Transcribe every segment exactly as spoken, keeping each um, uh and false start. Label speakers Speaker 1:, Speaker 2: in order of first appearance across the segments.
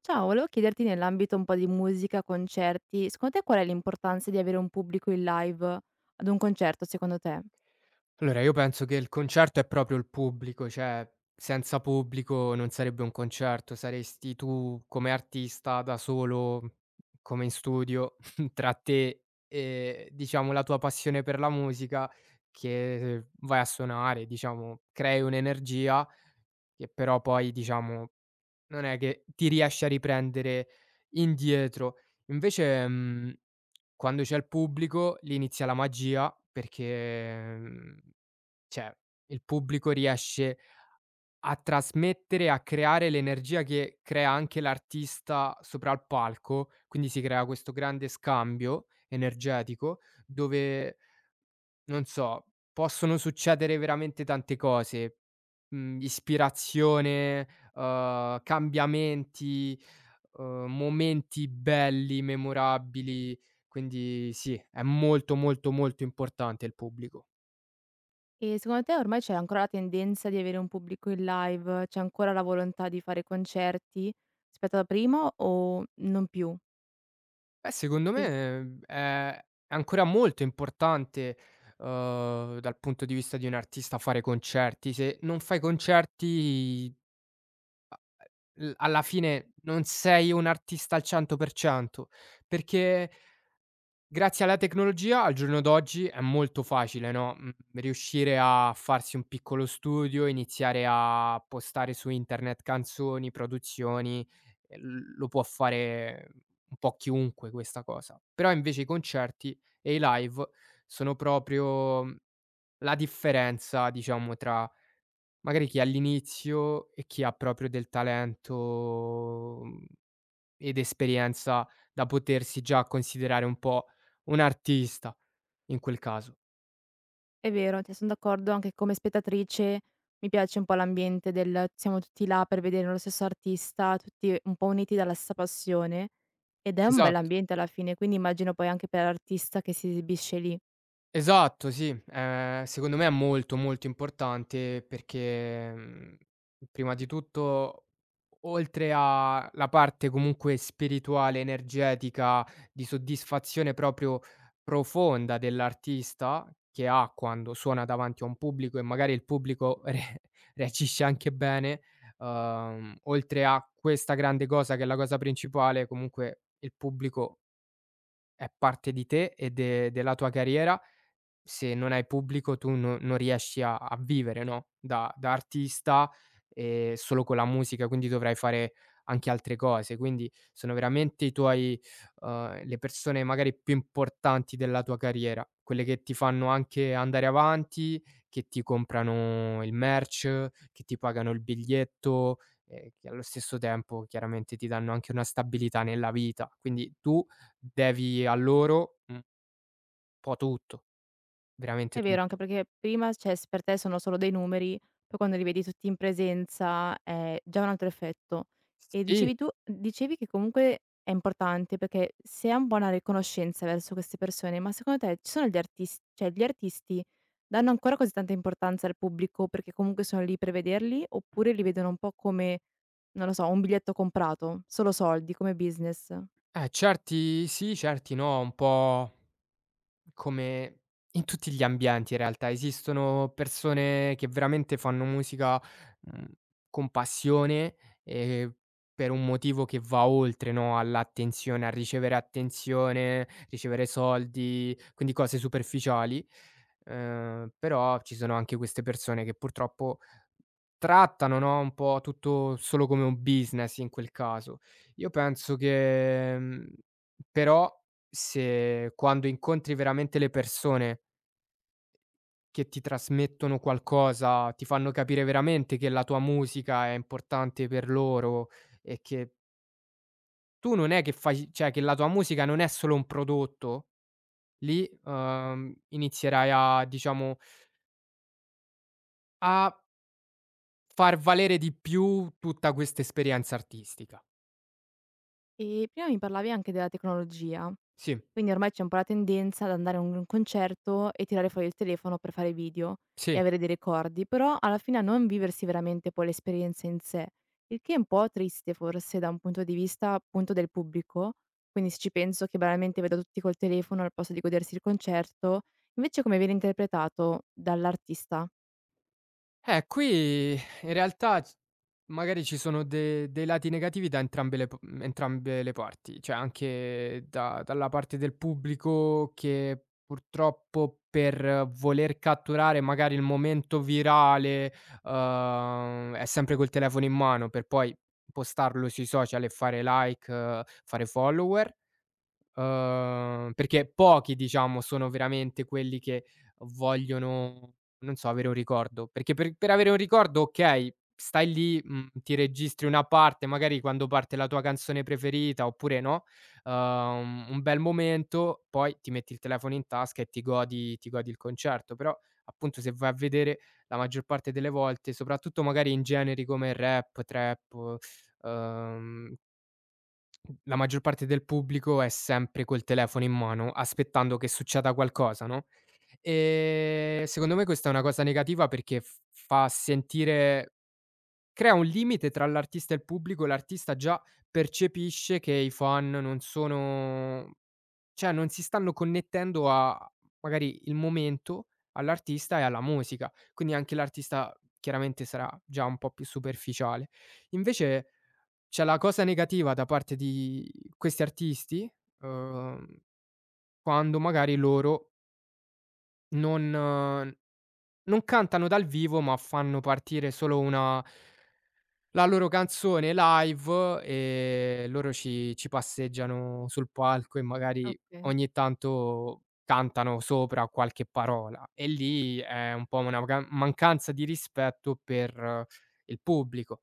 Speaker 1: Ciao, volevo chiederti nell'ambito un po' di musica, concerti, secondo te qual è l'importanza di avere un pubblico in live ad un concerto secondo te?
Speaker 2: Allora, io penso che il concerto è proprio il pubblico, cioè senza pubblico non sarebbe un concerto, saresti tu come artista da solo, come in studio, tra te e diciamo la tua passione per la musica che eh, vai a suonare, diciamo, crei un'energia che però poi, diciamo, non è che ti riesci a riprendere indietro. Invece, mhmm, quando c'è il pubblico lì inizia la magia perché, mhmm cioè, il pubblico riesce a trasmettere, a creare l'energia che crea anche l'artista sopra al palco, quindi si crea questo grande scambio energetico dove, non so, possono succedere veramente tante cose, mhmm, ispirazione, uhm, cambiamenti, uhm, momenti belli, memorabili, quindi sì, è molto, molto, molto importante il pubblico.
Speaker 1: E secondo te ormai c'è ancora la tendenza di avere un pubblico in live? C'è ancora la volontà di fare concerti rispetto a prima o non più?
Speaker 2: Beh, secondo
Speaker 1: Es
Speaker 2: me è è ancora molto importante, uhm, dal punto di vista di un artista fare concerti. Se non fai concerti, l alla fine non sei un artista al cento per cento, perché grazie alla tecnologia al giorno d'oggi è molto facile, no, mhmm, riuscire a farsi un piccolo studio, iniziare a postare su internet canzoni, produzioni, ehm, lo può fare un po' chiunque questa cosa. Però invece i concerti e i live sono proprio, mhmm, la differenza diciamo tra magari chi è all'inizio e chi ha proprio del talento, mhmm ed esperienza da potersi già considerare un po' un artista in quel caso.
Speaker 1: È vero, cioè son d'accordo anche come spettatrice, mi piace un po' l'ambiente del siamo tutti là per vedere lo stesso artista, tutti un po' uniti dalla stessa passione ed è un
Speaker 2: Esatto.
Speaker 1: bell'ambiente alla fine, quindi immagino poi anche per l'artista che si esibisce lì.
Speaker 2: Esatto, sì. Ehm, secondo me è molto, molto importante perché, mhmm, prima di tutto, oltre a la parte comunque spirituale, energetica, di soddisfazione proprio profonda dell'artista che ha quando suona davanti a un pubblico e magari il pubblico re reagisce anche bene, uhm, oltre a questa grande cosa che è la cosa principale, comunque il pubblico è parte di te e de della tua carriera. Se non hai pubblico tu no non riesci a a vivere, no, da da artista, ehm, solo con la musica, quindi dovrai fare anche altre cose. Quindi sono veramente i tuoi uhm, le persone magari più importanti della tua carriera, quelle che ti fanno anche andare avanti, che ti comprano il merch, che ti pagano il biglietto e che allo stesso tempo chiaramente ti danno anche una stabilità nella vita. Quindi tu devi a loro Mh. un po' tutto, veramente
Speaker 1: È vero, anche
Speaker 2: tutto.
Speaker 1: perché prima, cioè s per te sono solo dei numeri, poi quando li vedi tutti in presenza è già un altro effetto. E
Speaker 2: Sì,
Speaker 1: dicevi tu dicevi che comunque è importante perché si ha un po' una riconoscenza verso queste persone, ma secondo te ci sono gli artis cioè gli artisti danno ancora così tanta importanza al pubblico perché comunque sono lì per vederli, oppure li vedono un po' come, non lo so, un biglietto comprato, solo soldi, come business?
Speaker 2: eh certi sì, certi no, un po' come in tutti gli ambienti in realtà, esistono persone che veramente fanno musica, mhmm, con passione e per un motivo che va oltre, no, all'attenzione, a ricevere attenzione, ricevere soldi, quindi cose superficiali. Ehm, però ci sono anche queste persone che purtroppo trattano, no, un po' tutto solo come un business in quel caso. Io penso che, mhmm, però se quando incontri veramente le persone che ti trasmettono qualcosa, ti fanno capire veramente che la tua musica è importante per loro e che tu non è che fai cioè che la tua musica non è solo un prodotto, lì, uhm, inizierai a diciamo, a far valere di più tutta questa esperienza artistica.
Speaker 1: E prima mi parlavi anche della tecnologia,
Speaker 2: Sì,
Speaker 1: quindi ormai c'è un po' la tendenza ad andare a un concerto e tirare fuori il telefono per fare video e
Speaker 2: sì.
Speaker 1: avere dei ricordi, però alla fine a non viversi veramente poi l'esperienza in sé, il che è un po' triste forse da un punto di vista appunto del pubblico, quindi se ci penso che banalmente vedo tutti col telefono al posto di godersi il concerto, invece come viene interpretato dall'artista?
Speaker 2: Eh, qui in realtà c magari ci sono de dei lati negativi da entrambe le p mhmm, entrambe le parti, cioè anche da dalla parte del pubblico che purtroppo per voler catturare magari il momento virale, uhm, è sempre col telefono in mano per poi postarlo sui social e fare like, eh, fare follower. Uhm, perché pochi, diciamo, sono veramente quelli che vogliono, non so, avere un ricordo. Perché per per avere un ricordo, okay, stai lì, mhmm, ti registri una parte, magari quando parte la tua canzone preferita oppure no, uhm, un bel momento, poi ti metti il telefono in tasca e ti godi ti godi il concerto. Però, appunto, se vai a vedere la maggior parte delle volte, soprattutto magari in generi come rap, trap, uhm la maggior parte del pubblico è sempre col telefono in mano, aspettando che succeda qualcosa, no, ehm, secondo me questa è una cosa negativa perché f fa sentire crea un limite tra l'artista e il pubblico, l'artista già percepisce che i fan non sono cioè non si stanno connettendo a magari il momento, all'artista e alla musica, quindi anche l'artista chiaramente sarà già un po' più superficiale. Invece c'è la cosa negativa da parte di questi artisti, uhm, quando magari loro non uhm, non cantano dal vivo, ma fanno partire solo una la loro canzone live e loro ci ci passeggiano sul palco e magari
Speaker 1: Okay,
Speaker 2: ogni tanto cantano sopra qualche parola e lì è un po' una magan mancanza di rispetto per il pubblico.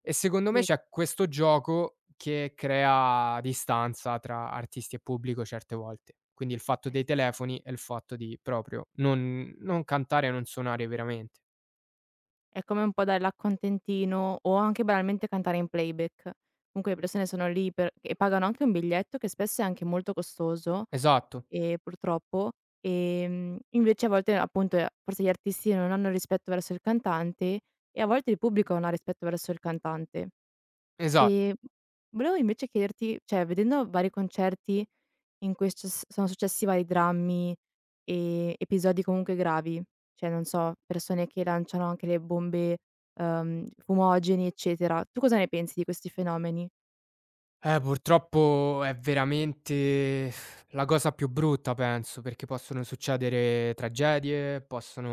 Speaker 2: E secondo me
Speaker 1: sì.
Speaker 2: c'è questo gioco che crea distanza tra artisti e pubblico certe volte. Quindi il fatto
Speaker 1: eh
Speaker 2: dei telefoni e il fatto di proprio non non cantare e non suonare veramente.
Speaker 1: È come un po' dare l'accontentino o anche banalmente cantare in playback. Comunque le persone sono lì per e pagano anche un biglietto che spesso è anche molto costoso,
Speaker 2: Esatto,
Speaker 1: ehm, purtroppo, ehm, invece a volte appunto, ehm, forse gli artisti non hanno rispetto verso il cantante e a volte il pubblico non ha rispetto verso il cantante.
Speaker 2: esatto.
Speaker 1: Ehm, volevo invece chiederti, cioè vedendo vari concerti in cui è succes sono successi vari drammi. Ehm, episodi comunque gravi, cioè non so, persone che lanciano anche le bombe, uhm, fumogene, eccetera. Tu cosa ne pensi di questi fenomeni?
Speaker 2: Eh, purtroppo è veramente la cosa più brutta penso, perché possono succedere tragedie, possono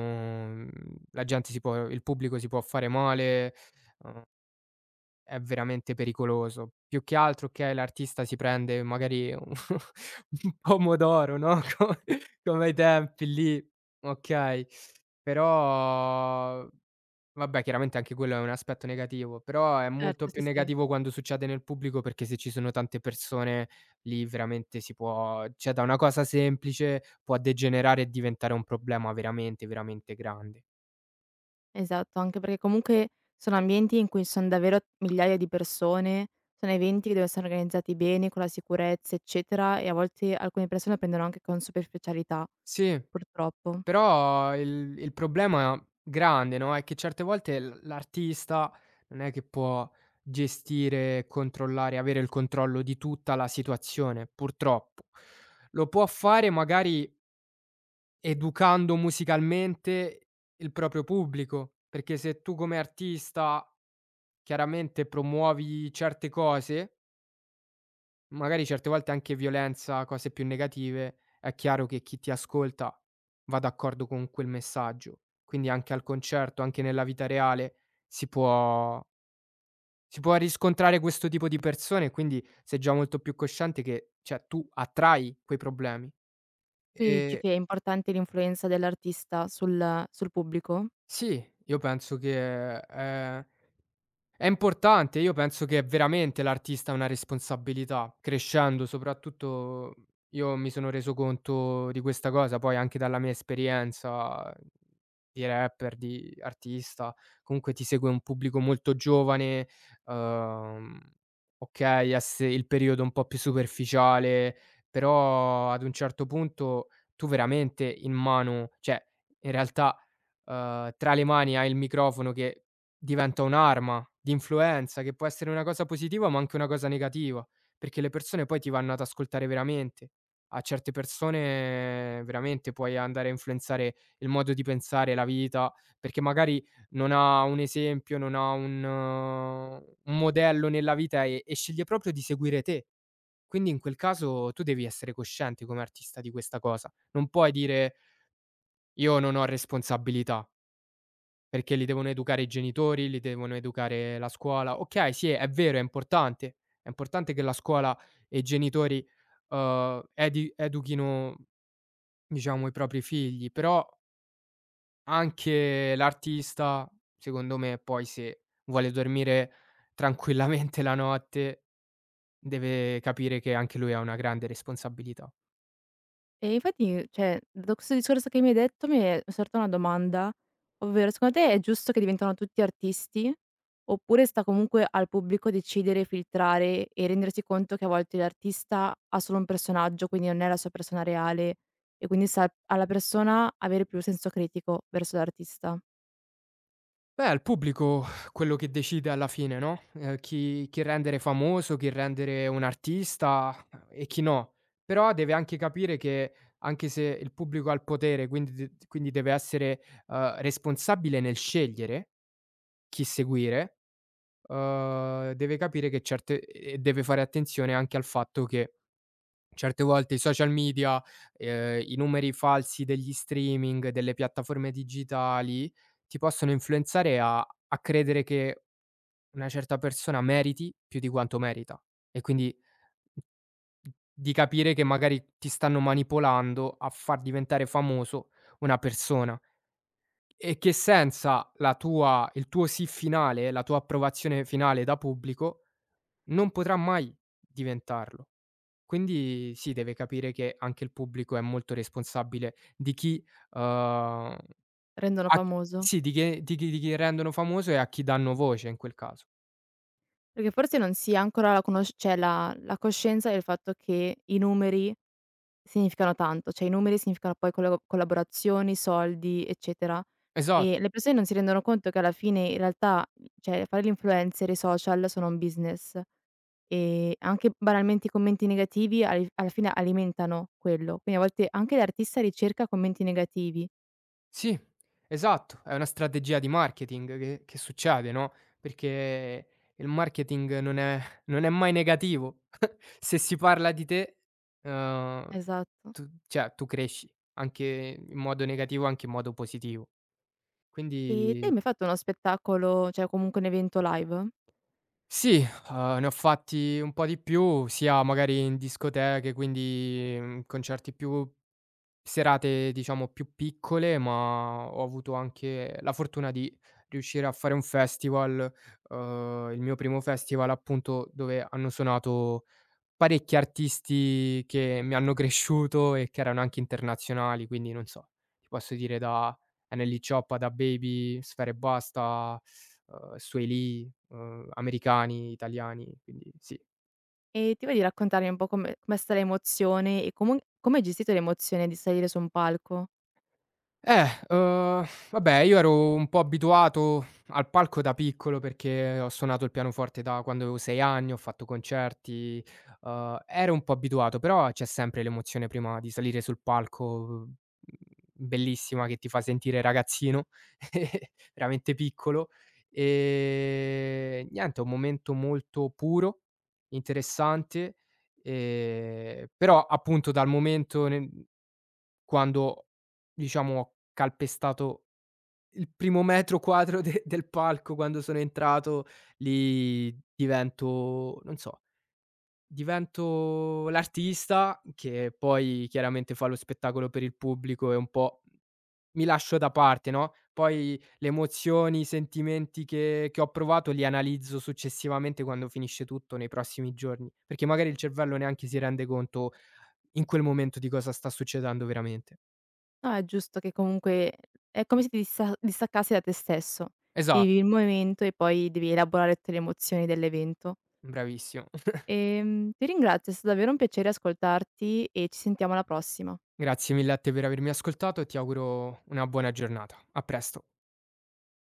Speaker 2: mhmm, la gente si può il pubblico si può fare male. È veramente pericoloso. Più che altro, okay, l'artista si prende magari un un pomodoro, no, co come ai tempi lì, okay, però vabbè chiaramente anche quello è un aspetto negativo, però è molto
Speaker 1: Certo, sì,
Speaker 2: più
Speaker 1: sì.
Speaker 2: negativo quando succede nel pubblico perché se ci sono tante persone lì veramente si può cioè da una cosa semplice può degenerare e diventare un problema veramente, veramente grande.
Speaker 1: Esatto, anche perché comunque sono ambienti in cui son davvero migliaia di persone, sono eventi che devono essere organizzati bene, con la sicurezza, eccetera, e a volte alcune persone lo prendono anche con superficialità,
Speaker 2: Sì.
Speaker 1: purtroppo.
Speaker 2: Però il il problema grande, no, è che certe volte l l'artista non è che può gestire, controllare, avere il controllo di tutta la situazione, purtroppo. Lo può fare magari educando musicalmente il proprio pubblico, perché se tu come artista chiaramente promuovi certe cose magari certe volte anche violenza, cose più negative, è chiaro che chi ti ascolta va d'accordo con quel messaggio. Quindi anche al concerto, anche nella vita reale si può si può riscontrare questo tipo di persone, quindi sei già molto più cosciente che cioè tu attrai quei problemi.
Speaker 1: Quindi dici
Speaker 2: Ehm,
Speaker 1: che è importante l'influenza dell'artista sul sul pubblico?
Speaker 2: sì, io penso che, ehm è importante, io penso che veramente l'artista ha una responsabilità, crescendo soprattutto io mi sono reso conto di questa cosa, poi anche dalla mia esperienza di rapper, di artista, comunque ti segue un pubblico molto giovane, uhm, okay, ess il periodo un po' più superficiale, però ad un certo punto tu veramente in mano cioè in realtà uhm, tra le mani hai il microfono che diventa un'arma di influenza, che può essere una cosa positiva, ma anche una cosa negativa, perché le persone poi ti vanno ad ascoltare veramente. A certe persone veramente puoi andare a influenzare il modo di pensare, la vita, perché magari non ha un esempio, non ha un eh, un modello nella vita e e sceglie proprio di seguire te. Quindi in quel caso tu devi essere cosciente come artista di questa cosa. Non puoi dire: "Io non ho responsabilità". Perché li devono educare i genitori, li devono educare la scuola. Okay, sì, è vero, è importante. È importante che la scuola e i genitori, uhm, edi educhino, diciamo, i propri figli, però anche l'artista, secondo me, poi se vuole dormire tranquillamente la notte, deve capire che anche lui ha una grande responsabilità.
Speaker 1: E infatti, cioè, da questo discorso che mi hai detto mi è sorta una domanda, ovvero secondo te è giusto che diventano tutti artisti? Oppure sta comunque al pubblico decidere, filtrare e rendersi conto che a volte l'artista ha solo un personaggio, quindi non è la sua persona reale e quindi sta alla persona avere più senso critico verso l'artista.
Speaker 2: Beh, è il pubblico quello che decide alla fine, no, ehm, chi chi rendere famoso, chi rendere un artista eh, e chi no. Però deve anche capire che anche se il pubblico ha il potere, quindi de quindi deve essere, uhm, responsabile nel scegliere chi seguire, uhm, deve capire che certe e deve fare attenzione anche al fatto che certe volte i social media, ehm, i numeri falsi degli streaming, delle piattaforme digitali, ti possono influenzare a a credere che una certa persona meriti più di quanto merita e quindi di capire che magari ti stanno manipolando a far diventare famoso una persona e che senza la tua il tuo sì finale, la tua approvazione finale da pubblico, non potrà mai diventarlo. Quindi sì, deve capire che anche il pubblico è molto responsabile di chi, uhm,
Speaker 1: Rendono
Speaker 2: a chi
Speaker 1: famoso.
Speaker 2: sì, di che di chi di chi rendono famoso e a chi danno voce in quel caso.
Speaker 1: Perché forse non si ha ancora la conosc cioè la la coscienza del fatto che i numeri significano tanto, cioè i numeri significano poi colla collaborazioni, soldi, eccetera.
Speaker 2: Esatto,
Speaker 1: E le persone non si rendono conto che alla fine in realtà, cioè fare l'influencer, e i social sono un business e anche banalmente i commenti negativi al alla fine alimentano quello. Quindi a volte anche l'artista ricerca commenti negativi.
Speaker 2: sì, esatto, è una strategia di marketing che che succede, no, perché il marketing non è non è mai negativo. Se si parla di te, uhm,
Speaker 1: Esatto.
Speaker 2: tu cioè tu cresci anche in modo negativo, anche in modo positivo.
Speaker 1: E te
Speaker 2: Quindi
Speaker 1: hai mai fatto uno spettacolo, cioè comunque un evento live?
Speaker 2: sì, uhm, ne ho fatti un po' di più, sia magari in discoteche, quindi, mhmm, concerti più serate diciamo più piccole, ma ho avuto anche la fortuna di riuscire a fare un festival, uhm, il mio primo festival appunto dove hanno suonato parecchi artisti che mi hanno cresciuto e che erano anche internazionali, quindi non so, ti posso dire da Annelly Cioppa, DaBaby, Sfera Ebbasta, uhm, Swae Lee, uhm, americani, italiani, quindi sì.
Speaker 1: E ti va di raccontarmi un po' come com'è stata l'emozione e comun come hai gestito l'emozione di salire su un palco?
Speaker 2: Eh, uhm, vabbè io ero un po' abituato al palco da piccolo perché ho suonato il pianoforte da quando avevo sei anni, ho fatto concerti, uhm, ero un po' abituato, però c'è sempre l'emozione prima di salire sul palco, mhmm, bellissima che ti fa sentire ragazzino, veramente piccolo. Ehm, niente, è un momento molto puro, interessante, ehm, però appunto dal momento nel quando, diciamo, ho calpestato il primo metro quadro de del palco, quando sono entrato lì divento non so, divento l'artista che poi chiaramente fa lo spettacolo per il pubblico e un po' mi lascio da parte, no, poi le emozioni, i sentimenti che che ho provato li analizzo successivamente quando finisce tutto nei prossimi giorni, perché magari il cervello neanche si rende conto in quel momento di cosa sta succedendo veramente.
Speaker 1: No, è giusto che comunque è come se ti dissa distaccassi da te stesso. Ti
Speaker 2: Esa
Speaker 1: vivi il momento e poi devi elaborare tutte le emozioni dell'evento.
Speaker 2: Bravissimo.
Speaker 1: Ehm, ti ringrazio, è stato davvero un piacere ascoltarti e ci sentiamo alla prossima.
Speaker 2: Grazie mille a te per avermi ascoltato e ti auguro una buona giornata. A presto.